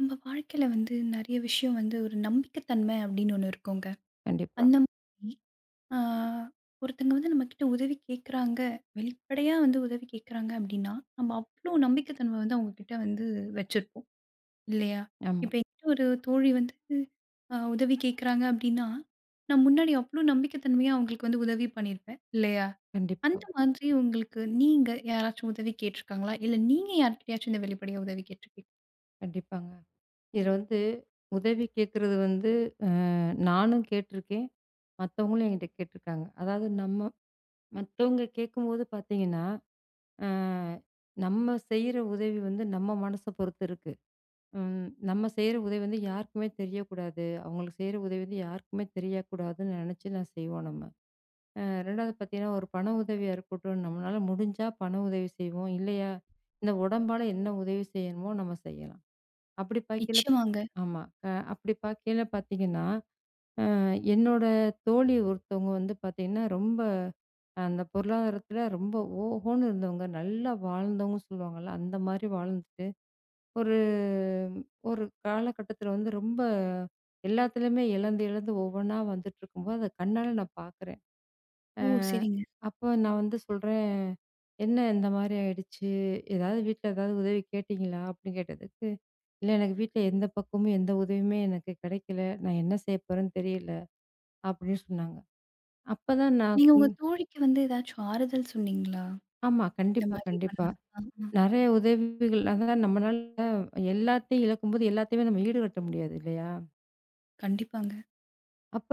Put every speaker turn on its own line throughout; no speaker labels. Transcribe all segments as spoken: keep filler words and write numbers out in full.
நம்ம வாழ்க்கையில வந்து நெறைய விஷயம் வந்து ஒரு நம்பிக்கைத்தன்மை அப்படின்னு ஒண்ணு இருக்குங்க.
கண்டிப்பா.
அந்த மாதிரி ஆ ஒருத்தங்க வந்து நம்மகிட்ட உதவி கேட்குறாங்க, வெளிப்படையா வந்து உதவி கேட்குறாங்க அப்படின்னா, நம்ம அவ்வளோ நம்பிக்கைத்தன்மை வந்து அவங்ககிட்ட வந்து வச்சிருப்போம் இல்லையா?
ஆமா.
இப்ப என்கிட்ட ஒரு தோழி வந்து அ உதவி கேட்குறாங்க அப்படின்னா, நான் முன்னாடி அவ்வளோ நம்பிக்கைத்தன்மையா அவங்களுக்கு வந்து உதவி பண்ணியிருப்பேன் இல்லையா?
கண்டிப்பா,
அந்த மாதிரி உங்களுக்கு நீங்க யாராச்சும் உதவி கேட்டிருக்காங்களா? இல்ல நீங்க யார்கிட்டயாச்சும் இந்த வெளிப்படையா உதவி கேட்டிருக்கீங்
கண்டிப்பாங்க. இதுல வந்து உதவி கேட்கறது வந்து அ நானும் கேட்டுருக்கேன். மத்தவங்களும் என்கிட்ட கேட்டுருக்காங்க. அதாவது நம்ம மத்தவங்க கேட்கும்போது பார்த்தீங்கன்னா, அ நம்ம செய்ற உதவி வந்து நம்ம மனச பொறுத்து இருக்கு. ம் நம்ம செய்ற உதவி வந்து யாருக்குமே தெரியக்கூடாது. அவங்களுக்கு செய்ற உதவி வந்து யாருக்குமே தெரியக்கூடாதுன்னு நெனச்சு நான் செய்வோம் நம்ம. அ 2வது பார்த்தீங்கன்னா, ஒரு பண உதவியா இருக்கட்டும், நம்மளால முடிஞ்சா பண உதவி செய்வோம். இல்லையா, இந்த உடம்பால என்ன உதவி செய்யணுமோ நம்ம செய்யலாம். அப்படி பார்க்கையில
நிச்சயமாங்க.
ஆமா. அ அப்படி பார்க்கையில பார்த்தீங்கன்னா, அ என்னோட தோழி ஒருத்தவங்க வந்து பார்த்தீங்கன்னா, ரொம்ப அந்த பொருளாதாரத்தில ரொம்ப ஓஹோன்னு இருந்தவங்க. நல்லா வாழ்ந்தவங்க சொல்லுவாங்கல்ல, அந்த மாரி வாழ்ந்துட்டு, ஒரு ஒரு காலகட்டத்தில வந்து ரொம்ப எல்லாத்துலயுமே இழந்து, இழந்து ஒவ்வொன்னா வந்துட்டுருக்கும்போது, அத கண்ணால நான் பார்க்குறேன். அ
ஓ, சரிங்க.
அப்போ நான் வந்து சொல்றேன், "என்ன இந்த மாரி ஆயிடுச்சு? ஏதாவது வீட்ல ஏதாவது உதவி கேட்டீங்களா?" அப்படின்னு கேட்டதுக்கு, "இல்ல எனக்கு வீட்ல எந்த பக்கமும் எந்த உதவியுமே எனக்கு கிடைக்கல. நான் என்ன செய்ய போறேன்னு தெரியல." அப்படின்னு சொன்னாங்க. அப்பதான் நான்
நீங்க உங்க
சொன்
தோழிக்கு வந்து ஏதாச்சும் ஆறுதல் சொன்னீங்களா?
ஆமா.
இந்த
கண்டிப்பா,
மாரி
கண்டிப்பா.
பண்ணாத. ஆ, ஆ.
நெறைய உதவிகள் அதான். நம்மனால எல்லாத்தையும் இழக்கும்போது எல்லாத்தையுமே நம்ம ஈடுகட்ட முடியாது இல்லையா?
கண்டிப்பாங்க.
அப்ப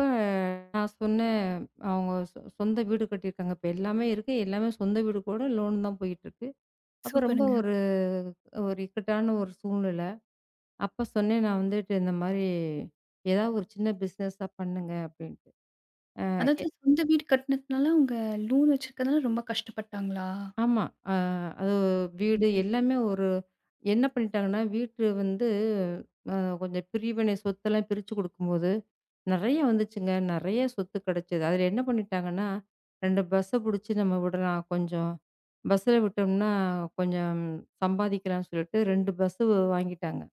நான் சொன்னேன், "அவங்க சொ சொந்த வீடு கட்டியிருக்காங்க. இப்ப எல்லாமே இருக்கு. எல்லாமே சொந்த வீடு கூட லோன் தான் போயிட்டுருக்கு." அப்ப ரொம்ப
சூப்பருங்க.
ஒரு ஒரு இக்கட்டான ஒரு சூழ்நிலை. அப்ப சொன்னேன் நான் வந்துட்டு இந்த மாதிரி ஏதாவது ஒரு சின்ன பிசினஸா பண்ணுங்க அப்படின்ட்டு. அ எ
அதாவது சொந்த வீடு கட்டினதுனால அவங்க லோன் வச்சிருக்கிறதுனால ரொம்ப கஷ்டப்பட்டாங்களா?
ஆமா. அ அது வீடு
சரிங்க.
எல்லாமே ஒரு என்ன பண்ணிட்டாங்கன்னா, வீட்டு வந்து அ கொஞ்சம் பிரிவினை சொத்தெல்லாம் பிரிச்சு குடுக்கும்போது, நெறைய வந்துச்சுங்க. நெறைய சொத்து கிடைச்சது. அதுல என்ன பண்ணிட்டாங்கன்னா, ரெண்டு பஸ்ஸ புடிச்சு நம்ம விடலாம் கொஞ்சம். பஸ்ஸில விட்டோம்னா கொஞ்சம் சம்பாதிக்கலாம்னு சொல்லிட்டு ரெண்டு பஸ்ஸு வாங்கிட்டாங்க.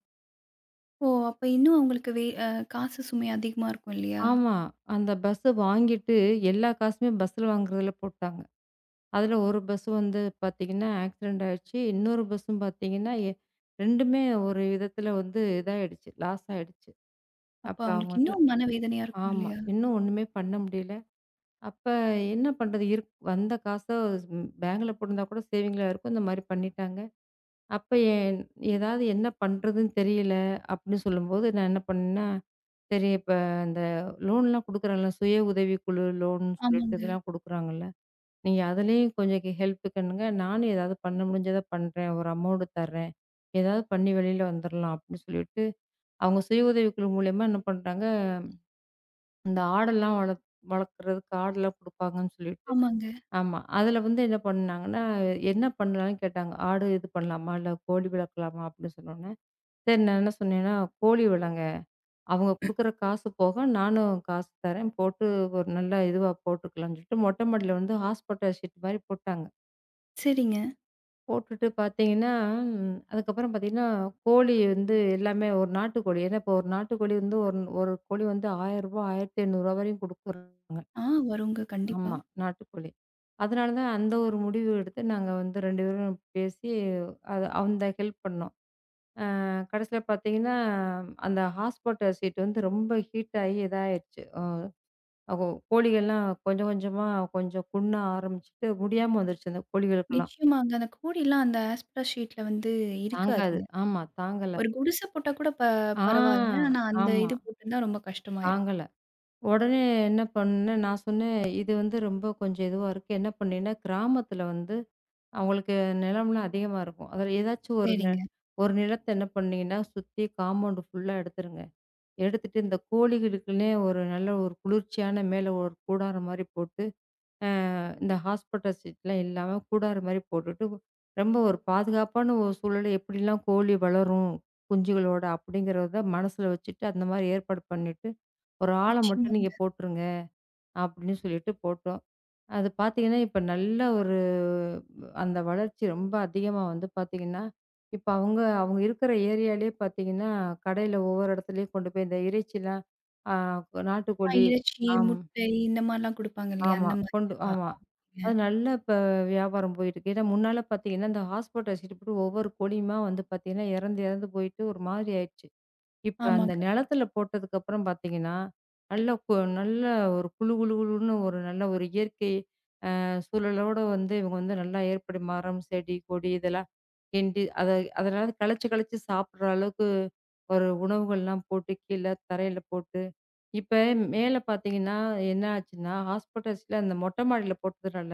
ஓ, அப்ப இன்னும் அவங்களுக்கு வே அ காசு சுமை அதிகமா இருக்கும் இல்லையா?
ஆமா. அந்த பஸ்ஸ வாங்கிட்டு எல்லா காசுமே பஸ்ல வாங்குறதுல போட்டாங்க. அதுல ஒரு பஸ் வந்து பாத்தீங்கன்னா, ஆக்சிடென்ட் ஆயிடுச்சு. இன்னொரு பஸ்ஸும் பாத்தீங்கன்னா, எ 2மே ஒரு விதத்துல வந்து இதாயிடுச்சு. லாஸ் ஆயிடுச்சு.
அப்ப
அப்ப
அவங்களுக்கு
அவங்கனால
இன்னும் மனவேதனையா இருக்கும்
ஆமா.
இல்லையா?
இன்னும் ஒண்ணுமே பண்ண முடியல. அப்ப என்ன பண்றது? இருக் வந்த காச ம் பேங்க்ல போட்டிருந்தா கூட சேவிங்ல இருக்கும். இந்த மாரி பண்ணிட்டாங்க. அப்ப என் ஏதாவது என்ன பண்றதுன்னு தெரியல, அப்படின்னு சொல்லும்போது நான் என்ன பண்ணேன்னா சரி, இப்ப அந்த லோன்லாம் குடுக்குறாங்கல்ல, சுய உதவிக்குழு லோன்னு சொல்லிட்டு
ஆமாங்க,
இதெல்லாம் குடுக்குறாங்கல்ல. நீங்க அதுலயும் கொஞ்சம் கெ ஹெல்ப்புக்குன்னுங்க. நானும் ஏதாவது பண்ண முடிஞ்சத பண்றேன். ஒரு அமௌண்ட் தர்றேன். ஏதாவது பண்ணி வெளில வந்துரலாம் அப்படின்னு சொல்லிட்டு, அவங்க சுய உதவிக்குழு மூலியமா என்ன பண்றாங்க, இந்த ஆடெல்லாம் வளர்த் வளர்க்குறதுக்கு ஆடெல்லாம் குடுப்பாங்கன்னு சொல்லிட்டு
ஆமாங்க.
ஆமா. அதுல வந்து என்ன பண்ணாங்கன்னா, என்ன பண்ணலான்னு கேட்டாங்க. ஆடு இது பண்ணலாமா? இல்ல கோழி வளர்க்கலாமா? அப்படின்னு சொன்னோனே, சரி நான் என்ன சொன்னேன்னா, கோழி வளங்க அவங்க குடுக்குற காசு போக நானும் காசு தரேன். போட்டு ஒரு நல்ல இதுவா போட்டுக்கலாம்ன்னு சொல்லிட்டு மொட்டை மாடியில வந்து ஹாஸ்பட்டல் ஷீட் மாரி போட்டாங்க.
சரிங்க.
போட்டுட்டு பார்த்தீங்கன்னா, ம் அதுக்கப்புறம் பார்த்தீங்கன்னா, கோழி வந்து எல்லாமே ஒரு நாட்டுக்கோழி. ஏன்னா இப்போ ஒரு நாட்டுக்கோழி வந்து ஒரு ஒரு கோழி வந்து ரூ. ஆயிரம் ரூ. ஆயிரத்தி ஐநூறு வரையும் குடுக்குறாங்க.
ஆ, வருங்க கண்டிப்பா.
ஆமா, நாட்டுக்கோழி. அதனால தான் அந்த ஒரு முடிவு எடுத்து நாங்க வந்து ரெண்டு பேரும் பேசி அது அந்த ஹெல்ப் பண்ணோம். அ கடைசியில பார்த்தீங்கன்னா, அந்த ஹாஸ்பட்டல் ஷீட் வந்து ரொம்ப ஹீட் ஆகி இதாயிருச்சு. அ அகோ கோழிகள்லாம் கொஞ்சம் கொஞ்சமா கொஞ்சம் புண்ண ஆரம்பிச்சுட்டு முடியாம வந்துருச்சு அந்த கோழிகளுக்கெல்லாம்.
நிச்சயமாங்க. அந்த கோடிலாம் அந்த ஆஸ்பெஸ்டாஸ் ஷீட்ல வந்து
தாங்காது.
இருக்காதுங்க.
ஆமா தாங்கல.
ஒரு குடிசை போட்டா கூட ப
ஆ
பரவால்ல. ஆனா அந்த
ஆமா
இது போட்டிருந்தா ரொம்ப கஷ்டமாயிரும்.
தாங்கல. உடனே என்ன பண்ணேன், நான் சொன்னேன், "இது வந்து ரொம்ப கொஞ்சம் இதுவா இருக்கு." என்ன பண்ணேன்னா, கிராமத்தில வந்து அவங்களுக்கு நிலம்லாம் அதிகமா இருக்கும். அதில ஏதாச்சும் ஒரு நெ
சரிங்க.
ஒரு நிலத்த என்ன பண்ணீங்கன்னா, சுத்தி காம்பவுண்ட் ஃபுல்லா எடுத்துருங்க. எடுத்துட்டு இந்த கோழிகளுக்குன்னே ஒரு நல்ல ஒரு குளிர்ச்சியான மேல ஒரு கூடாரம் மாரி போட்டு இந்த ஹாஸ்பிட்டல் சீட்லாம் இல்லாம கூடார மாரி போட்டுட்டு, ரொம்ப ஒரு பாதுகாப்பான ஒரு சூழல்ல எப்படிலாம் கோழி வளரும் குஞ்சுகளோட அப்படிங்கிறத மனசுல வச்சுட்டு, அந்த மாரி ஏற்பாடு பண்ணிட்டு, ஒரு ஆள
நிச்சயமா.
மட்டும் நீங்க போட்டுருங்க அப்படின்னு சொல்லிட்டு போட்டோம். அது பார்த்தீங்கன்னா, இப்ப நல்ல ஒரு அந்த வளர்ச்சி ரொம்ப அதிகமா வந்து பார்த்தீங்கன்னா, இப்ப அவங்க அவங்க இருக்கிற ஏரியாலயே பார்த்தீங்கன்னா, கடையில ஒவ்வொரு இடத்துலயும் கொண்டு போய் இந்த இறைச்சிலாம் ஆ
ஆ,
நாட்டுக்கோழி
இறைச்சி,
ஆம்.
முட்டை இந்த மாரிலாம் குடுப்பாங்க இல்லையா?
ஆமா.
அந்த
கொண்டு
மாரியா?
ஆமா.
அவங்க
அது நல்லா இப்ப வியாபாரம் போயிட்டுருக்கு. ஏன்னா முன்னால பார்த்தீங்கன்னா, இந்த ஹாஸ்பிட்டல் வச்சுட்டு ஒவ்வொரு கொடியுமா வந்து பார்த்தீங்கன்னா, இறந்து இறந்து போயிட்டு ஒரு மாதிரி ஆயிடுச்சு. இப்ப அந்த
ஆமாங்க.
நிலத்தில போட்டதுக்கப்புறம் பார்த்தீங்கன்னா, நல்ல கொ நல்ல ஒரு குளு குளு குளுன்னு ஒரு நல்ல ஒரு இயற்கை சூழலோட வந்து இவங்க வந்து நல்லா ஏற்படி மரம், செடி, கொடி இதெல்லாம் கிண்டி அத அதனால கழிச்சு, கழிச்சு சாப்பிடுற அளவுக்கு ஒரு உணவுகள்லாம் போட்டு கீழ தரையில போட்டு, இப்ப மேல பார்த்தீங்கன்னா என்ன ஆச்சுன்னா, ஹாஸ்பிட்டல்ஸ்ல அந்த மொட்டை மாடியில போட்டதுனால,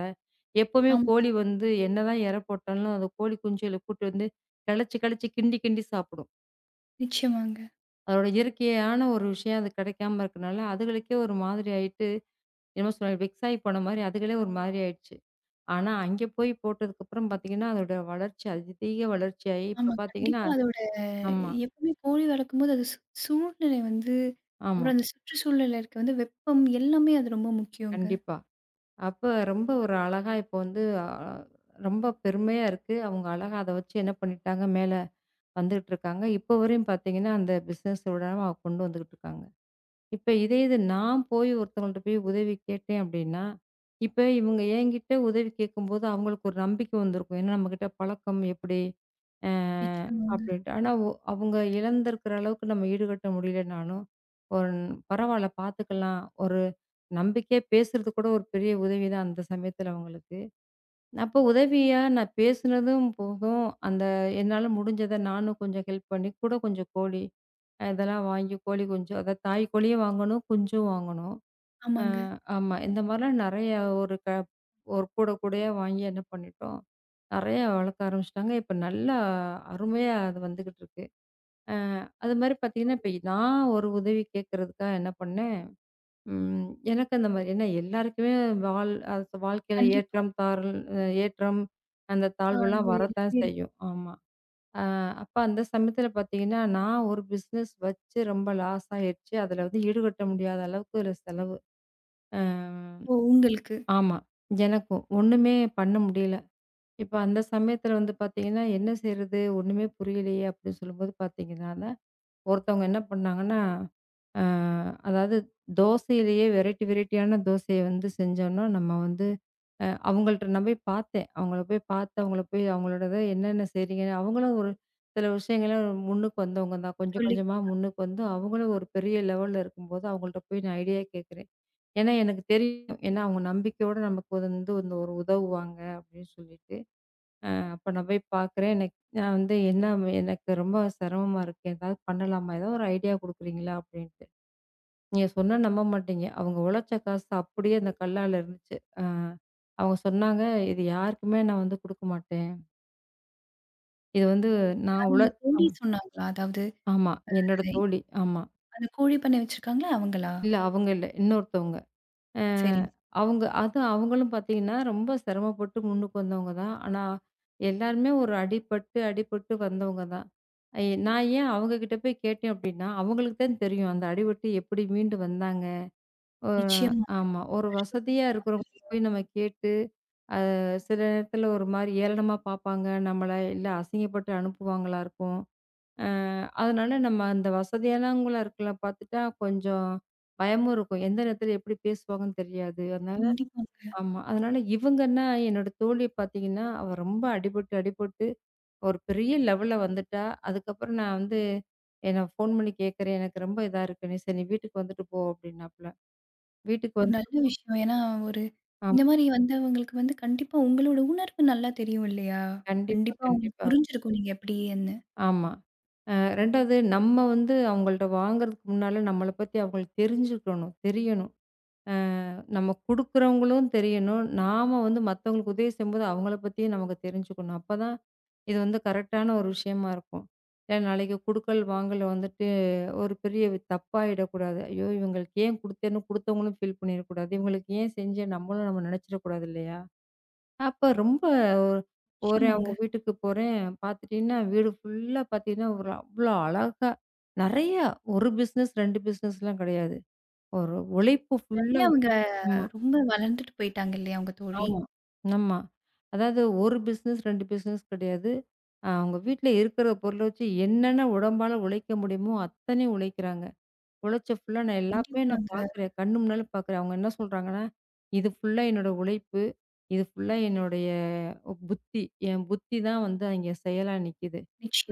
எப்பவுமே
ஆமாங்க.
கோழி வந்து என்னதான் எரை போட்டாலும் அந்த கோழி குஞ்சுகள கூட்டு வந்து கழிச்சு, கழிச்சு கிண்டி, கிண்டி சாப்பிடும்.
நிச்சயமாங்க.
அதோட இயற்கையான ஒரு விஷயம் அது கிடைக்காம இருக்கனால, அதுகளுக்கே ஒரு மாதிரி ஆயிட்டு என்னமோ சொன்னாங்க வெக்ஸ் ஆயி போன மாரி அதுகளே ஒரு மாதிரி ஆயிடுச்சு. ஆனா, அங்க போய் போட்டதுக்கப்புறம் பார்த்தீங்கன்னா, அதோட வளர்ச்சி அதிதீக வளர்ச்சியாயி இப்ப
ஆமா.
பார்த்தீங்கன்னா
கண்டிப்பா அதோட
ஆமா,
எப்பவுமே கோழி வளர்க்கும்போது அது சூ சூழ்நிலை வந்து
ஆமா.
அப்புறம் அந்த சுற்றுச்சூழல்ல இருக்க வந்து வெப்பம் எல்லாமே அது ரொம்ப முக்கியங்க.
கண்டிப்பா. அப்ப ரொம்ப ஒரு அழகா இப்ப வந்து அ ரொம்ப பெருமையா இருக்கு. அவங்க அழகா அத வச்சு என்ன பண்ணிட்டாங்க, மேல வந்துகிட்டுருக்காங்க. இப்ப வரையும் பார்த்தீங்கன்னா, அந்த பிசினஸ் விடாம அவங்க கொண்டு வந்துகிட்டுருக்காங்க. இப்ப இதே இது நான் போய் ஒருத்தவங்கள்ட்ட போய் உதவி கேட்டேன் அப்படின்னா, இப்ப இவங்க என்கிட்ட உதவி கேட்கும்போது அவங்களுக்கு ஒரு நம்பிக்கை வந்திருக்கும். ஏன்னா நம்மகிட்ட பழக்கம் எப்படி? அ
நிச்சயமாங்க.
அப்படின்ட்டு. ஆனா ஒ அவங்க இழந்திருக்கிற அளவுக்கு நம்ம ஈடுகட்ட முடியலனாலும், ஒரு பரவால்ல பார்த்துக்கலாம். ஒரு நம்பிக்கையா பேசுறது கூட ஒரு பெரிய உதவி தான் அந்த சமயத்துல அவங்களுக்கு. அப்போ உதவியா நான் பேசுனதும் போதும், அந்த என்னால முடிஞ்சத நானும் கொஞ்சம் ஹெல்ப் பண்ணி, கூட கொஞ்சம் கோழி அ இதெல்லாம் வாங்கி கோழி குஞ்சு அதாவது தாய் கோழியும் வாங்கணும், குஞ்சும் வாங்கணும். அ
ஆமாங்க.
ஆமா. இந்த மாரிலாம் நெறைய ஒரு க ஒரு கூட கூடையா வாங்கி என்ன பண்ணிட்டோம், நெறைய வளர்க்க ஆரம்பிச்சுட்டாங்க. இப்ப நல்லா அருமையா அது வந்துகிட்டு இருக்கு. அ அது மாரி பார்த்தீங்கன்னா, இப்ப நான் ஒரு உதவி கேட்கறதுக்காக என்ன பண்ணேன் ம். எனக்கு அந்த மாரி ஏன்னா எல்லாருக்குமே வாழ் அது வாழ்க்கையில
கண்டிப்பா.
ஏற்றம், தாழ்ல் அ ஏற்றம், அந்த தாழ்வுலாம்
பார்வை
வரத்தான்
எல்லாமே இருக்கும்.
செய்யும். ஆமா. அ அப்ப அந்த சமயத்துல பார்த்தீங்கன்னா, நான் ஒரு பிசினஸ் வச்சு ரொம்ப லாஸ் ஆயிருச்சு. அதுல வந்து ஈடுகட்ட முடியாத அளவுக்கு ஒரு செலவு. அ
ஓ, உங்களுக்கு
ஆமா. எனக்கும். ஒண்ணுமே பண்ண முடியல. இப்ப அந்த சமயத்துல வந்து பார்த்தீங்கன்னா, என்ன செய்றது? ஒண்ணுமே புரியலையே! அப்படின்னு சொல்லும்போது பார்த்தீங்கன்னா ஒருத்தவங்க என்ன பண்ணாங்கன்னா, அ அதாவது தோசையிலேயே வெரைட்டி வெரைட்டியான தோசைய வந்து செஞ்சோன்னா, நம்ம வந்து அ அவங்கள்ட்ட நான் போய் பார்த்தேன். அவங்கள போய் பார்த்து, அவங்கள போய் அவங்களோடத என்னென்ன செய்றீங்கன்னு அவங்களும் ஒரு சில விஷயங்கள முன்னுக்கு வந்தவங்க தான். கொஞ்சம்
சொல்லிக்
கொஞ்சமா
குடுத்தாங்க.
முன்னுக்கு வந்து, அவங்களும் ஒரு பெரிய லெவல்ல இருக்கும்போது, அவங்கள்ட்ட போய் நான் ஐடியா கேட்கிறேன். ஏன்னா, எனக்கு தெரியும். ஏன்னா அவங்க நம்பிக்கையோட நமக்கு வந்து வந்து ஒரு உதவுவாங்க அப்படின்னு சொல்லிட்டு. அப்ப நான் போய் பார்க்குறேன். எனக்கு நான் வந்து என்ன எனக்கு ரொம்ப சிரமமா இருக்கு. ஏதாவது பண்ணலாமா? ஏதாவது ஒரு ஐடியா குடுக்குறீங்களா? அப்படின்ட்டு. நீங்க சொன்னா நம்ப மாட்டீங்க. அவங்க உழைச்ச காசு அப்படியே அந்த கல்லால இருந்துச்சு. அ அவங்க சொன்னாங்க, "இது யாருக்குமே நான் வந்து குடுக்க மாட்டேன். இது வந்து நான்
யார்
உழ"
உங்க தோழி
ஆமா,
சொன்னாங்களா? அதாவது
ஆமா. என்னோட தோழி. ஆமா.
அந்த கோழி பண்ணை வச்சிருக்காங்களா அவங்களா?
இல்ல அவங்க இல்ல. இன்னொருத்தவங்க. அ
சரிங்க.
அவங்க அது அவங்களும் பார்த்தீங்கன்னா, ரொம்ப சிரமப்பட்டு முன்னுக்கு வந்தவங்க தான். ஆனா, எல்லாருமே ஒரு அடிபட்டு, அடிபட்டு வந்தவங்க தான். எ நான் ஏன் அவங்க கிட்ட போய் கேட்டேன் அப்படின்னா, அவங்களுக்கு தான் தெரியும் அந்த அடிபட்டு எப்படி மீண்டு வந்தாங்க. அ
நிச்சயமாங்க.
ஆமா. ஒரு வசதியா
கஷ்டப்பட்டுருப்பாங்க
இருக்கிறவங்க
இல்லையா?
போய் நம்ம கேட்டு, அ சில நேரத்தில ஒரு மாரி ஏளனமா பார்ப்பாங்க நம்மள, இல்ல அசிங்கப்பட்டு அனுப்புவாங்களா இருக்கும். அ அதனால நம்ம அந்த வசதியானவங்களா இருக்கல பார்த்துட்டா கொஞ்சம் பயமும் இருக்கும். எந்த நேரத்தில எப்படி பேசுவாங்கன்னு தெரியாது. அதனால
கண்டிப்பாங்க.
ஆமா. அதனால இவங்கன்னா என்னோட தோழி பார்த்தீங்கன்னா, அவ ரொம்ப அடிபட்டு, அடிபட்டு ஒரு பெரிய லெவல்ல வந்துட்டா. அதுக்கப்புறம் நான் வந்து எ நான் ஃபோன் பண்ணி கேட்கிறேன். எனக்கு ரொம்ப இதா இருக்குன்னு. "சரி நீ வீட்டுக்கு வந்துட்டு போ" அப்படின்னாப்புல. வீட்டுக்கு
ஒரு
வந்துட்டு
நல்ல விஷயம். ஏன்னா, ஒரு
ஆமா.
இந்த மாரி வந்தவங்களுக்கு வந்து கண்டிப்பா உங்களோட உணர்வு நல்லா தெரியும் இல்லையா?
கண்டிப்பா,
கண்டிப்பா அவங்களுக்கு
கண்டிப்பா.
புரிஞ்சிருக்கும் நீங்க எப்படின்னு.
ஆமா. அ 2வது நம்ம வந்து அவங்கள்ட்ட வாங்குறதுக்கு முன்னால நம்மள பத்தி அவங்களுக்கு தெரிஞ்சுக்கணும். தெரியணும். அ நம்ம குடுக்குறவங்களும் தெரியணும். நாம வந்து மத்தவங்களுக்கு உதவி செய்யும்போது அவங்கள பத்தியும் நமக்கு தெரிஞ்சுக்கணும். அப்பதான் இது வந்து கரெக்டான ஒரு விஷயமா இருக்கும். ஏன்னா நாளைக்கு குடுக்கல், வாங்கல் வந்துட்டு ஒரு பெரிய வி- தப்பாயிடக்கூடாது. ஐயோ! இவங்களுக்கு ஏன் குடுத்தேன்னு குடுத்தவங்களும் ஃபீல் பண்ணிறக்கூடாது. இவங்களுக்கு ஏன் செஞ்சேன் நம்மளும் நம்ம நெனச்சிடக்கூடாது இல்லையா? அப்ப ரொம்ப ஒரு- போறேன் அவங்க
நிச்சயமாங்க.
வீட்டுக்கு போறேன். பாத்துட்டீங்கன்னா, வீடு ஃபுல்லா பாத்தீங்கன்னா, ஒரு அவ்ளோ அழகா நெறையா ஒரு பிசினஸ், ரெண்டு பிசினஸ்லாம் கெடையாது. ஒரு உழைப்பு
நெறைய
ஃபுல்லா
அவங்க ரொம்ப வளர்ந்துட்டு போயிட்டாங்க இல்லையா உங்க தோழி?
ஆமா. ஆமா. அதாவது ஒரு பிசினஸ் ரெண்டு பிசினஸ் கிடையாது. அ அவங்க வீட்ல இருக்கிற பொருள வச்சு என்னென்ன உடம்பால உழைக்க முடியுமோ அத்தனையும் உழைக்கிறாங்க. உழைச்ச ஃபுல்லா நான் எல்லாமே நான்
கண்டிப்பாங்க.
பார்க்குறேன். கண்ணு முன்னால பார்க்குறேன். அவங்க என்ன சொல்றாங்கன்னா, "இது ஃபுல்லா என்னோட உழைப்பு. இது ஃபுல்லா என்னுடைய புத்தி. என் புத்தி தான் வந்து அங்கே செயலா நிக்குது."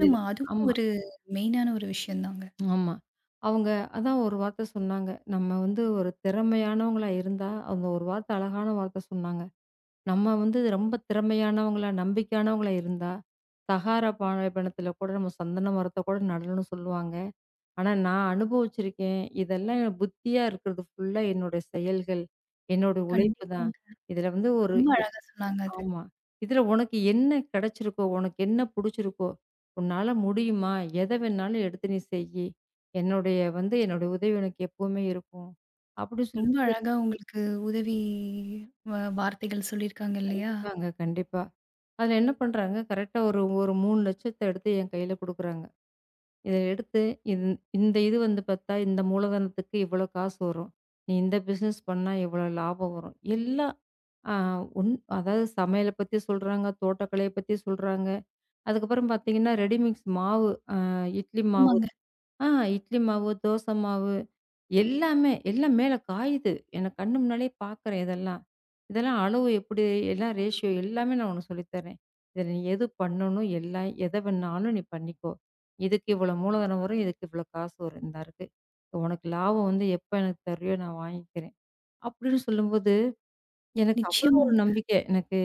இதுல
அதுவும்
ஆமா,
ஒரு மெயினான ஒரு விஷயம் தாங்க.
ஆமா. அவங்க அதான் ஒரு வார்த்த சொன்னாங்க. நம்ம வந்து ஒரு திறமையானவங்களா இருந்தா, அவங்க ஒரு வார்த்த அழகான வார்த்த சொன்னாங்க. நம்ம வந்து ரொம்ப திறமையானவங்களா, நம்பிக்கையானவங்களா இருந்தா, சகாரா பாலைவனத்தில கூட நம்ம சந்தன மரத்த கூட நடணும்னு சொல்லுவாங்க. ஆனா நான் அனுபவிச்சிருக்கேன். இதெல்லாம் என் புத்தியா இருக்கிறது ஃபுல்லா என்னுடைய செயல்கள், என்னோட உழைப்பு தான்.
கண்டிப்பாங்க.
இதில வந்து ஒரு
ரொம்ப
எ
அழகா சொன்னாங்க அது.
ஆமா. இதில உனக்கு என்ன கிடைச்சிருக்கோ, உனக்கு என்ன புடிச்சிருக்கோ, உன்னால முடியுமா? எத வேணாலும் எடுத்து நீ செய்யி. என்னுடைய வந்து என்னுடைய உதவி உனக்கு எப்பவுமே இருக்கும். அப்படி சொல்
ரொம்ப அழகா உங்களுக்கு உதவி வ வார்த்தைகள் சொல்லியிருக்காங்க இல்லையா?
கண்டிப்பாங்க, கண்டிப்பா. அதுல என்ன பண்றாங்க, கரெக்ட்டா ஒரு ஒரு மூணு லட்சம் எடுத்து என் கையில குடுக்குறாங்க. இத எடுத்து இந் இந்த இது வந்து பாத்தா, இந்த மூலதனத்துக்கு இவ்வளோ காசு வரும். நீ இந்த பிசினஸ் பண்ணா இவ்வளோ லாபம் வரும். எல்லாம் அ ஒன் அதாவது சமையல பத்தி சொல்றாங்க, தோட்டக்கலைய பத்தி சொல்றாங்க. அதுக்கப்புறம் பாத்தீங்கன்னா, ரெடிமிக்ஸ் மாவு, அ இட்லி மாவு
ஆமாங்க.
ஆ இட்லி மாவு, தோசை மாவு எல்லாமே, எல்லாம் மேல காயுது. எனக்கு கண்ணு முன்னாலயே பார்க்குறேன் இதெல்லாம். இதெல்லாம் அளவு எப்படி, எல்லாம் ரேஷியோ எல்லாமே நான் உனக்கு சொல்லித் தர்றேன். இதில நீ எது பண்ணணும், எல்லாம் எத வேணாலும் நீ பண்ணிக்கோ. இதுக்கு இவ்வளோ மூலதனம் வரும், இதுக்கு இவ்வளோ காசு வரும். இந்தா இருக்கு. உனக்கு லாபம் வந்து எப்ப எனக்கு தர்றியோ நான் வாங்கிக்கிறேன். அப்படின்னு சொல்லும்போது, எனக்கு அவ்வளோ ஒரு
நிச்சயமாங்க.
நம்பிக்கை. எனக்கு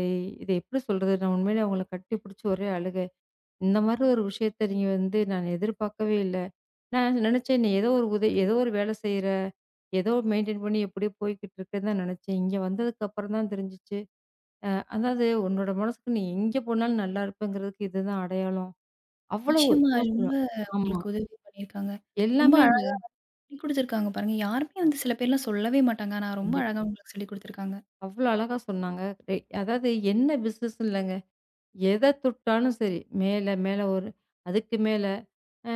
இத எப்படி சொல்றது? நான் உண்மையிலே அவங்கள கட்டிப்பிடிச்சு ஒரே அழுகை. இந்த மாரி ஒரு விஷயத்த நீங்க வந்து நான் எதிர்பார்க்கவே இல்ல. நான் நினைச்சேன், "நீ ஏதோ ஒரு உதவி ஏதோ ஒரு வேலை செய்ற, ஏதோ மெயின்டெயின் பண்ணி எப்படியோ போய்க்கிட்டு இருக்குன்னு" தான் நினைச்சேன். இங்க வந்ததுக்கு அப்புறம் தான் தெரிஞ்சுச்சு. அதாவது உன்னோட மனசுக்கு நீ எங்க போனாலும் நல்லா இருப்பேங்கிறதுக்கு இதுதான் அடையாளம். அவ்வளவு
நிச்சயமா ரொம்ப
மோசம். ஆமா.
உங்களுக்கு உதவி பண்ணியிருக்காங்க. ரொம்ப அழ
எல்லாமேங்க.
சொல்லிக் குடுத்துருக்காங்க பாருங்க. யாருமே வந்து சில பேர்லாம் சொல்லவே மாட்டாங்க. ஆனா ரொம்ப
கண்டிப்பா.
அழகா உங்களுக்கு சொல்லிக் குடுத்துருக்காங்க.
அவ்வளோ அழகா சொன்னாங்க. ரெ அதாவது என்ன பிசினஸ் இல்லங்க. எத தொட்டாலும் சரி, மேல மேல ஒரு அதுக்கு மேல அ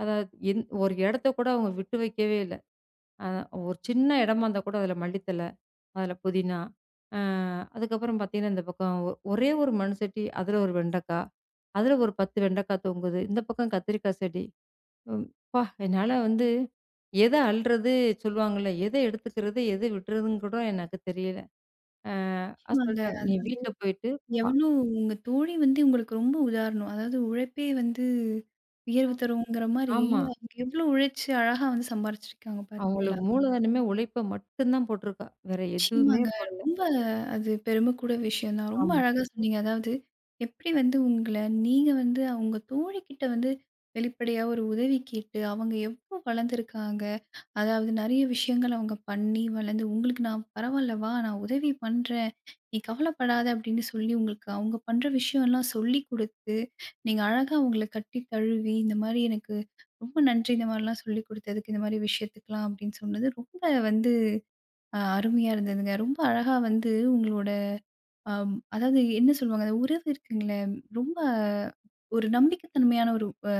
அதாவது என் ஒரு இடத்த கூட அவங்க விட்டு வைக்கவே இல்ல. அ ஒரு சின்ன இடமா இருந்தா கூட அதில மல்லித்தழ அதில புதினா. அ அதுக்கப்புறம் பார்த்தீங்கன்னா, இந்த பக்கம் ஒ ஒரே ஒரு மண் சட்டி, அதில ஒரு வெண்டைக்கா, அதில ஒரு பத்து வெண்டைக்கா தொங்குது. இந்த பக்கம் கத்திரிக்காய் செடி. ம் அப்பா! என்னால வந்து எத அள்றது சொல்லுவாங்கல்ல, எத எடுத்துக்கிறது, எத விட்றதுன்னு கூட எனக்கு தெரியல. அ அ
நிச்சயமாங்க.
சொல்ட்டாங்க, "நீ
அதாவது
வீட்ல போயிட்டு பா"
எவ்ளோ உங்க தோழி வந்து உங்களுக்கு ரொம்ப உதாரணம். அதாவது உழைப்பே வந்து
அ
வியர்வு தருங்கிற மாரி
ஆமா.
அவங்க எவ்ளோ உழைச்சு அழகா வந்து சம்பாரிச்சிருக்காங்க பார்த்தீங்களா?
அவங்களுக்கு மூலதனமே உழைப்ப மட்டும் தான் போட்டிருக்கா. வேற எதுவுமே
நிச்சயமாங்க.
போடல.
ரொம்ப அது பெருமைக்கூட விஷயம் தான். ரொம்ப
ஆமா.
அழகா சொன்னீங்க. அதாவது எப்படி வந்து உங்கள நீங்க வந்து உங்க தோழிக்கிட்ட வந்து வெளிப்படையா ஒரு உதவி கேட்டு, அவங்க எவ்ளோ வளர்ந்துருக்காங்க. அதாவது நெறைய விஷயங்கள் அவங்க பண்ணி வளர்ந்து, உங்களுக்கு "நான் பரவாயில்ல வா! நான் உதவி பண்றேன். நீ கவலைப்படாத" அப்படின்னு சொல்லி உங்களுக்கு அவங்க பண்ற விஷயம்லாம் சொல்லிக் குடுத்து, நீங்க அழகா அவங்கள கட்டி தழுவி, இந்த மாரி எனக்கு ரொம்ப நன்றி. இந்த மாரிலாம் சொல்லிக் குடுத்ததுக்கு, இந்த மாரி விஷயத்துக்கெல்லாம் அப்படின்னு சொன்னது ரொம்ப வந்து அ அருமையா இருந்ததுங்க. ரொம்ப அழகா வந்து உங்களோட அம் அதாவது என்ன சொல்லுவாங்க, அந்த உறவு இருக்குங்களே, ரொம்ப ஒரு நம்பிக்கைத்தன்மையான ஒரு அ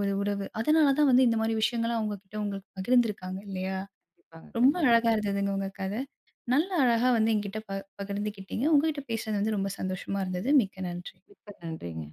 ஒரு உறவு. அதனால தான் வந்து இந்த மாரி விஷயங்கள்லாம் அவங்க கிட்ட உங்களுக்கு பகிர்ந்திருக்காங்க இல்லையா?
கண்டிப்பாங்க,
ரொம்ப
கண்டிப்பா.
அழகா இருந்ததுங்க உங்க கதை. நல்ல அழகா வந்து என்கிட்ட ப பகிர்ந்துக்கிட்டீங்க. உங்ககிட்ட பேசுனது வந்து ரொம்ப சந்தோஷமா இருந்தது. மிக்க நன்றி.
மிக்க நன்றிங்க.